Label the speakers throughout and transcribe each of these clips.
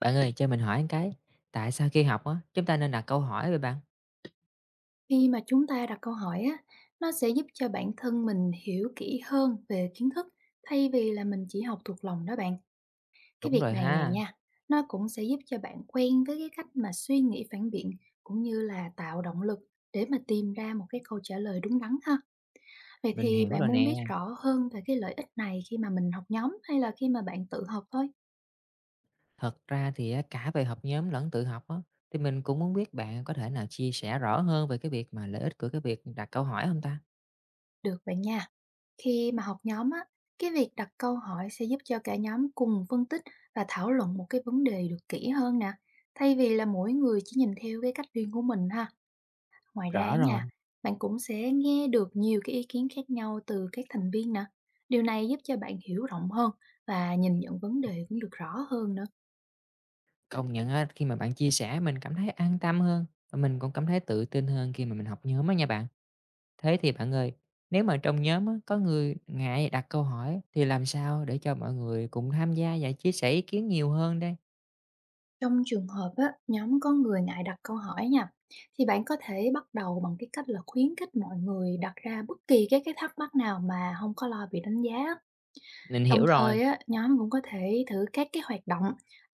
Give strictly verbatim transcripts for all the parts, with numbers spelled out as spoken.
Speaker 1: Bạn ơi, cho mình hỏi một cái, tại sao khi học á, chúng ta nên đặt câu hỏi vậy bạn?
Speaker 2: Khi mà chúng ta đặt câu hỏi á, nó sẽ giúp cho bản thân mình hiểu kỹ hơn về kiến thức, thay vì là mình chỉ học thuộc lòng đó bạn. Cái
Speaker 1: Đúng
Speaker 2: việc
Speaker 1: rồi
Speaker 2: này này
Speaker 1: ha,
Speaker 2: nha, nó cũng sẽ giúp cho bạn quen với cái cách mà suy nghĩ phản biện, cũng như là tạo động lực để mà tìm ra một cái câu trả lời đúng đắn ha. Vậy
Speaker 1: mình
Speaker 2: thì
Speaker 1: hiểu
Speaker 2: bạn
Speaker 1: rồi
Speaker 2: muốn
Speaker 1: nè.
Speaker 2: biết rõ hơn về cái lợi ích này khi mà mình học nhóm, hay là khi mà bạn tự học thôi?
Speaker 1: Thật ra thì á, cả về học nhóm lẫn tự học á, thì mình cũng muốn biết bạn có thể nào chia sẻ rõ hơn về cái việc mà lợi ích của cái việc đặt câu hỏi không ta?
Speaker 2: Được bạn nha. Khi mà học nhóm á, cái việc đặt câu hỏi sẽ giúp cho cả nhóm cùng phân tích và thảo luận một cái vấn đề được kỹ hơn nè, thay vì là mỗi người chỉ nhìn theo cái cách riêng của mình ha. Ngoài ra á
Speaker 1: Rõ rồi,
Speaker 2: nha, bạn cũng sẽ nghe được nhiều cái ý kiến khác nhau từ các thành viên nè. Điều này giúp cho bạn hiểu rộng hơn, và nhìn nhận vấn đề cũng được rõ hơn nữa.
Speaker 1: công nhận á, khi mà bạn chia sẻ mình cảm thấy an tâm hơn, và mình cũng cảm thấy tự tin hơn khi mà mình học nhóm á nha bạn. Thế thì bạn ơi, nếu mà trong nhóm á, có người ngại đặt câu hỏi thì làm sao để cho mọi người cùng tham gia và chia sẻ ý kiến nhiều hơn đây?
Speaker 2: Trong trường hợp á, nhóm có người ngại đặt câu hỏi nha, thì bạn có thể bắt đầu bằng cái cách là khuyến khích mọi người đặt ra bất kỳ cái cái thắc mắc nào mà không có lo bị đánh giá á.
Speaker 1: Mình
Speaker 2: Đồng
Speaker 1: hiểu rồi.
Speaker 2: thời á, nhóm cũng có thể thử các cái hoạt động,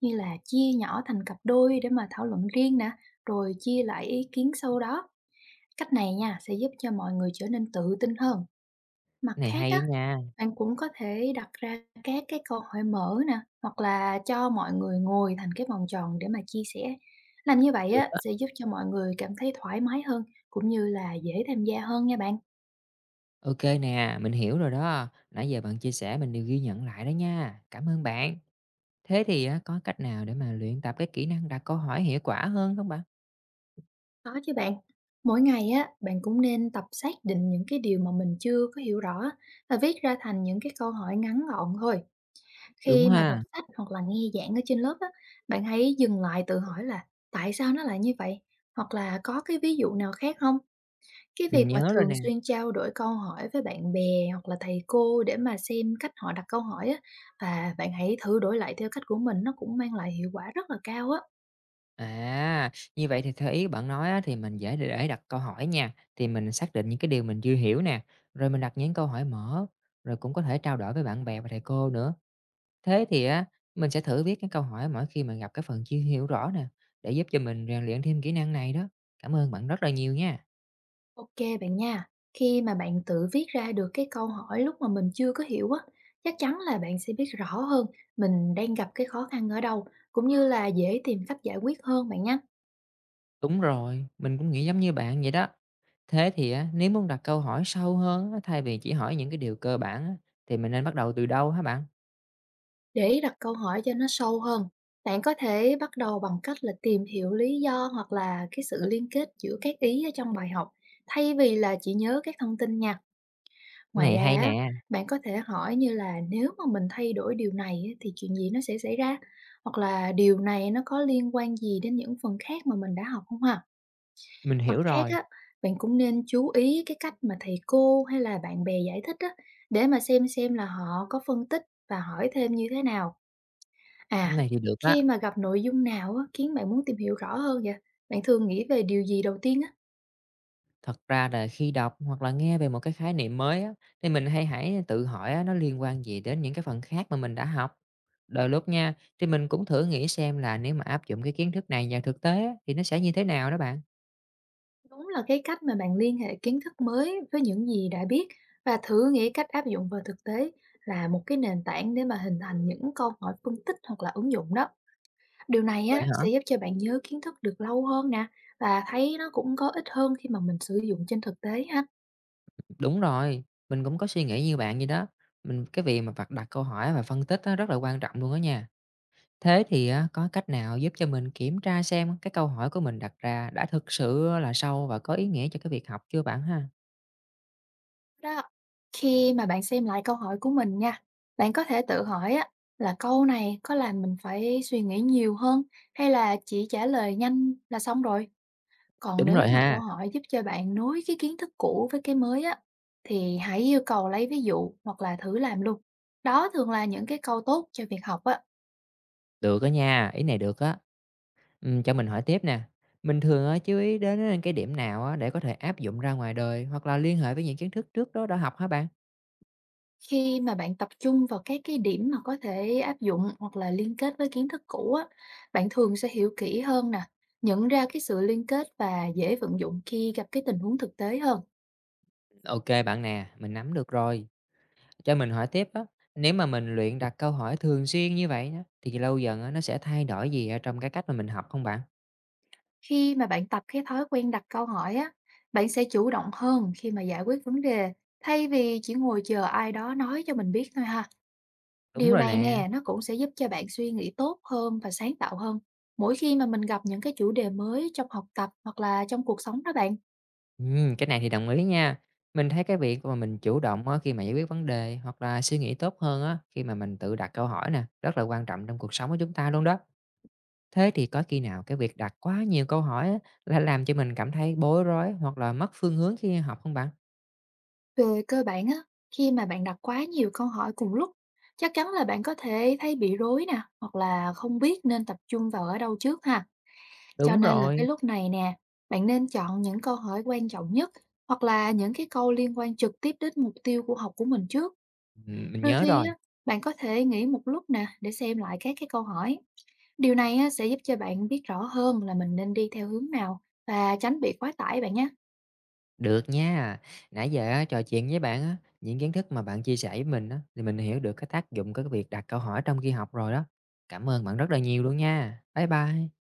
Speaker 2: như là chia nhỏ thành cặp đôi để mà thảo luận riêng nè, rồi chia lại ý kiến sau đó. Cách này nha sẽ giúp cho mọi người trở nên tự tin hơn. Mặt
Speaker 1: Cái này
Speaker 2: khác
Speaker 1: hay á
Speaker 2: á,
Speaker 1: nha,
Speaker 2: bạn cũng có thể đặt ra các cái câu hỏi mở nè, hoặc là cho mọi người ngồi thành cái vòng tròn để mà chia sẻ. Làm như vậy
Speaker 1: được
Speaker 2: á,
Speaker 1: á.
Speaker 2: sẽ giúp cho mọi người cảm thấy thoải mái hơn, cũng như là dễ tham gia hơn nha bạn.
Speaker 1: Ô nè, mình hiểu rồi đó. Nãy giờ bạn chia sẻ mình đều ghi nhận lại đó nha. Cảm ơn bạn. Thế thì á, có cách nào để mà luyện tập cái kỹ năng đặt câu hỏi hiệu quả hơn không bạn?
Speaker 2: Có chứ bạn. Mỗi ngày á, bạn cũng nên tập xác định những cái điều mà mình chưa có hiểu rõ, và viết ra thành những cái câu hỏi ngắn gọn thôi.
Speaker 1: Đúng
Speaker 2: Khi mà đọc
Speaker 1: ha,
Speaker 2: sách hoặc là nghe giảng ở trên lớp á, bạn hãy dừng lại tự hỏi là, tại sao nó lại như vậy? Hoặc là có cái ví dụ nào khác không? Cái
Speaker 1: mình
Speaker 2: việc mà
Speaker 1: nhớ rồi
Speaker 2: thường
Speaker 1: nè.
Speaker 2: xuyên trao đổi câu hỏi với bạn bè hoặc là thầy cô để mà xem cách họ đặt câu hỏi á, và bạn hãy thử đổi lại theo cách của mình, nó cũng mang lại hiệu quả rất là cao á.
Speaker 1: À, như vậy thì theo ý bạn nói á, thì mình dễ để để đặt câu hỏi nha, thì mình xác định những cái điều mình chưa hiểu nè, rồi mình đặt những câu hỏi mở, rồi cũng có thể trao đổi với bạn bè và thầy cô nữa. Thế thì á, mình sẽ thử viết cái câu hỏi mỗi khi mà gặp cái phần chưa hiểu rõ nè, để giúp cho mình rèn luyện thêm kỹ năng này đó. Cảm ơn bạn rất là nhiều nha.
Speaker 2: ô kê bạn nha. Khi mà bạn tự viết ra được cái câu hỏi lúc mà mình chưa có hiểu á, chắc chắn là bạn sẽ biết rõ hơn mình đang gặp cái khó khăn ở đâu, cũng như là dễ tìm cách giải quyết hơn bạn nhé.
Speaker 1: Đúng rồi, mình cũng nghĩ giống như bạn vậy đó. Thế thì á, nếu muốn đặt câu hỏi sâu hơn á, thay vì chỉ hỏi những cái điều cơ bản á, thì mình nên bắt đầu từ đâu hả bạn?
Speaker 2: Để đặt câu hỏi cho nó sâu hơn, bạn có thể bắt đầu bằng cách là tìm hiểu lý do hoặc là cái sự liên kết giữa các ý ở trong bài học, thay vì là chỉ nhớ các thông tin nha. Ngoài
Speaker 1: Này
Speaker 2: ra
Speaker 1: hay
Speaker 2: á,
Speaker 1: nè,
Speaker 2: bạn có thể hỏi như là, nếu mà mình thay đổi điều này á, thì chuyện gì nó sẽ xảy ra? Hoặc là điều này nó có liên quan gì đến những phần khác mà mình đã học không ha?
Speaker 1: mình
Speaker 2: Mặt
Speaker 1: hiểu
Speaker 2: khác
Speaker 1: rồi,
Speaker 2: á, bạn cũng nên chú ý cái cách mà thầy cô hay là bạn bè giải thích á, để mà xem xem là họ có phân tích và hỏi thêm như thế nào.
Speaker 1: cái
Speaker 2: À,
Speaker 1: này thì được
Speaker 2: khi
Speaker 1: á.
Speaker 2: mà gặp nội dung nào á, khiến bạn muốn tìm hiểu rõ hơn vậy? Bạn thường nghĩ về điều gì đầu tiên á?
Speaker 1: Thật ra là khi đọc hoặc là nghe về một cái khái niệm mới á, thì mình hay hãy tự hỏi á, nó liên quan gì đến những cái phần khác mà mình đã học. Đôi lúc nha, thì mình cũng thử nghĩ xem là nếu mà áp dụng cái kiến thức này vào thực tế á, thì nó sẽ như thế nào đó bạn.
Speaker 2: Đúng là cái cách mà bạn liên hệ kiến thức mới với những gì đã biết và thử nghĩ cách áp dụng vào thực tế, là một cái nền tảng để mà hình thành những câu hỏi phân tích hoặc là ứng dụng đó. Điều này
Speaker 1: Vậy
Speaker 2: á,
Speaker 1: hả?
Speaker 2: sẽ giúp cho bạn nhớ kiến thức được lâu hơn nè, và thấy nó cũng có ích hơn khi mà mình sử dụng trên thực tế ha.
Speaker 1: Đúng rồi, mình cũng có suy nghĩ như bạn vậy đó. Mình cái việc mà vặt đặt câu hỏi và phân tích á, rất là quan trọng luôn đó nha. Thế thì á, có cách nào giúp cho mình kiểm tra xem cái câu hỏi của mình đặt ra đã thực sự là sâu và có ý nghĩa cho cái việc học chưa bạn ha?
Speaker 2: Đó. Khi mà bạn xem lại câu hỏi của mình nha, bạn có thể tự hỏi á, là câu này có làm mình phải suy nghĩ nhiều hơn, hay là chỉ trả lời nhanh là xong rồi. Còn
Speaker 1: Đúng
Speaker 2: nếu
Speaker 1: rồi
Speaker 2: mà câu
Speaker 1: ha.
Speaker 2: hỏi giúp cho bạn nối cái kiến thức cũ với cái mới á, thì hãy yêu cầu lấy ví dụ hoặc là thử làm luôn. Đó thường là những cái câu tốt cho việc học á,
Speaker 1: Được á nha, ý này được á. Ừm, cho mình hỏi tiếp nè, mình thường á chú ý đến cái điểm nào á để có thể áp dụng ra ngoài đời hoặc là liên hệ với những kiến thức trước đó đã học hả bạn?
Speaker 2: khi mà bạn tập trung vào các cái điểm mà có thể áp dụng hoặc là liên kết với kiến thức cũ á, bạn thường sẽ hiểu kỹ hơn nè, nhận ra cái sự liên kết và dễ vận dụng khi gặp cái tình huống thực tế hơn.
Speaker 1: ô kê bạn nè, mình nắm được rồi. Cho mình hỏi tiếp á, nếu mà mình luyện đặt câu hỏi thường xuyên như vậy á, thì lâu dần á nó sẽ thay đổi gì ở trong cái cách mà mình học không bạn?
Speaker 2: Khi mà bạn tập cái thói quen đặt câu hỏi á, bạn sẽ chủ động hơn khi mà giải quyết vấn đề, thay vì chỉ ngồi chờ ai đó nói cho mình biết thôi ha.
Speaker 1: Đúng
Speaker 2: Điều
Speaker 1: rồi
Speaker 2: này
Speaker 1: nè.
Speaker 2: nè, nó cũng sẽ giúp cho bạn suy nghĩ tốt hơn và sáng tạo hơn. Mỗi khi mà mình gặp những cái chủ đề mới trong học tập hoặc là trong cuộc sống đó bạn.
Speaker 1: Ừm, cái này thì đồng ý nha. Mình thấy cái việc mà mình chủ động á khi mà giải quyết vấn đề hoặc là suy nghĩ tốt hơn á khi mà mình tự đặt câu hỏi nè, rất là quan trọng trong cuộc sống của chúng ta luôn đó. Thế thì có khi nào cái việc đặt quá nhiều câu hỏi á, là làm cho mình cảm thấy bối rối hoặc là mất phương hướng khi học không bạn?
Speaker 2: Về cơ bản á, khi mà bạn đặt quá nhiều câu hỏi cùng lúc, chắc chắn là bạn có thể thấy bị rối nè, hoặc là không biết nên tập trung vào ở đâu trước ha. Cho
Speaker 1: Đúng
Speaker 2: nên là cái
Speaker 1: rồi,
Speaker 2: lúc này nè, bạn nên chọn những câu hỏi quan trọng nhất hoặc là những cái câu liên quan trực tiếp đến mục tiêu của học của mình trước.
Speaker 1: ừm, mình
Speaker 2: Đôi
Speaker 1: nhớ
Speaker 2: khi á,
Speaker 1: rồi.
Speaker 2: bạn có thể nghỉ một lúc nè để xem lại các cái câu hỏi. Điều này á, sẽ giúp cho bạn biết rõ hơn là mình nên đi theo hướng nào và tránh bị quá tải bạn nhé.
Speaker 1: Được nha. Nãy giờ á, trò chuyện với bạn á, những kiến thức mà bạn chia sẻ với mình á, thì mình hiểu được cái tác dụng của cái việc đặt câu hỏi trong khi học rồi đó. Cảm ơn bạn rất là nhiều luôn nha. Bye bye.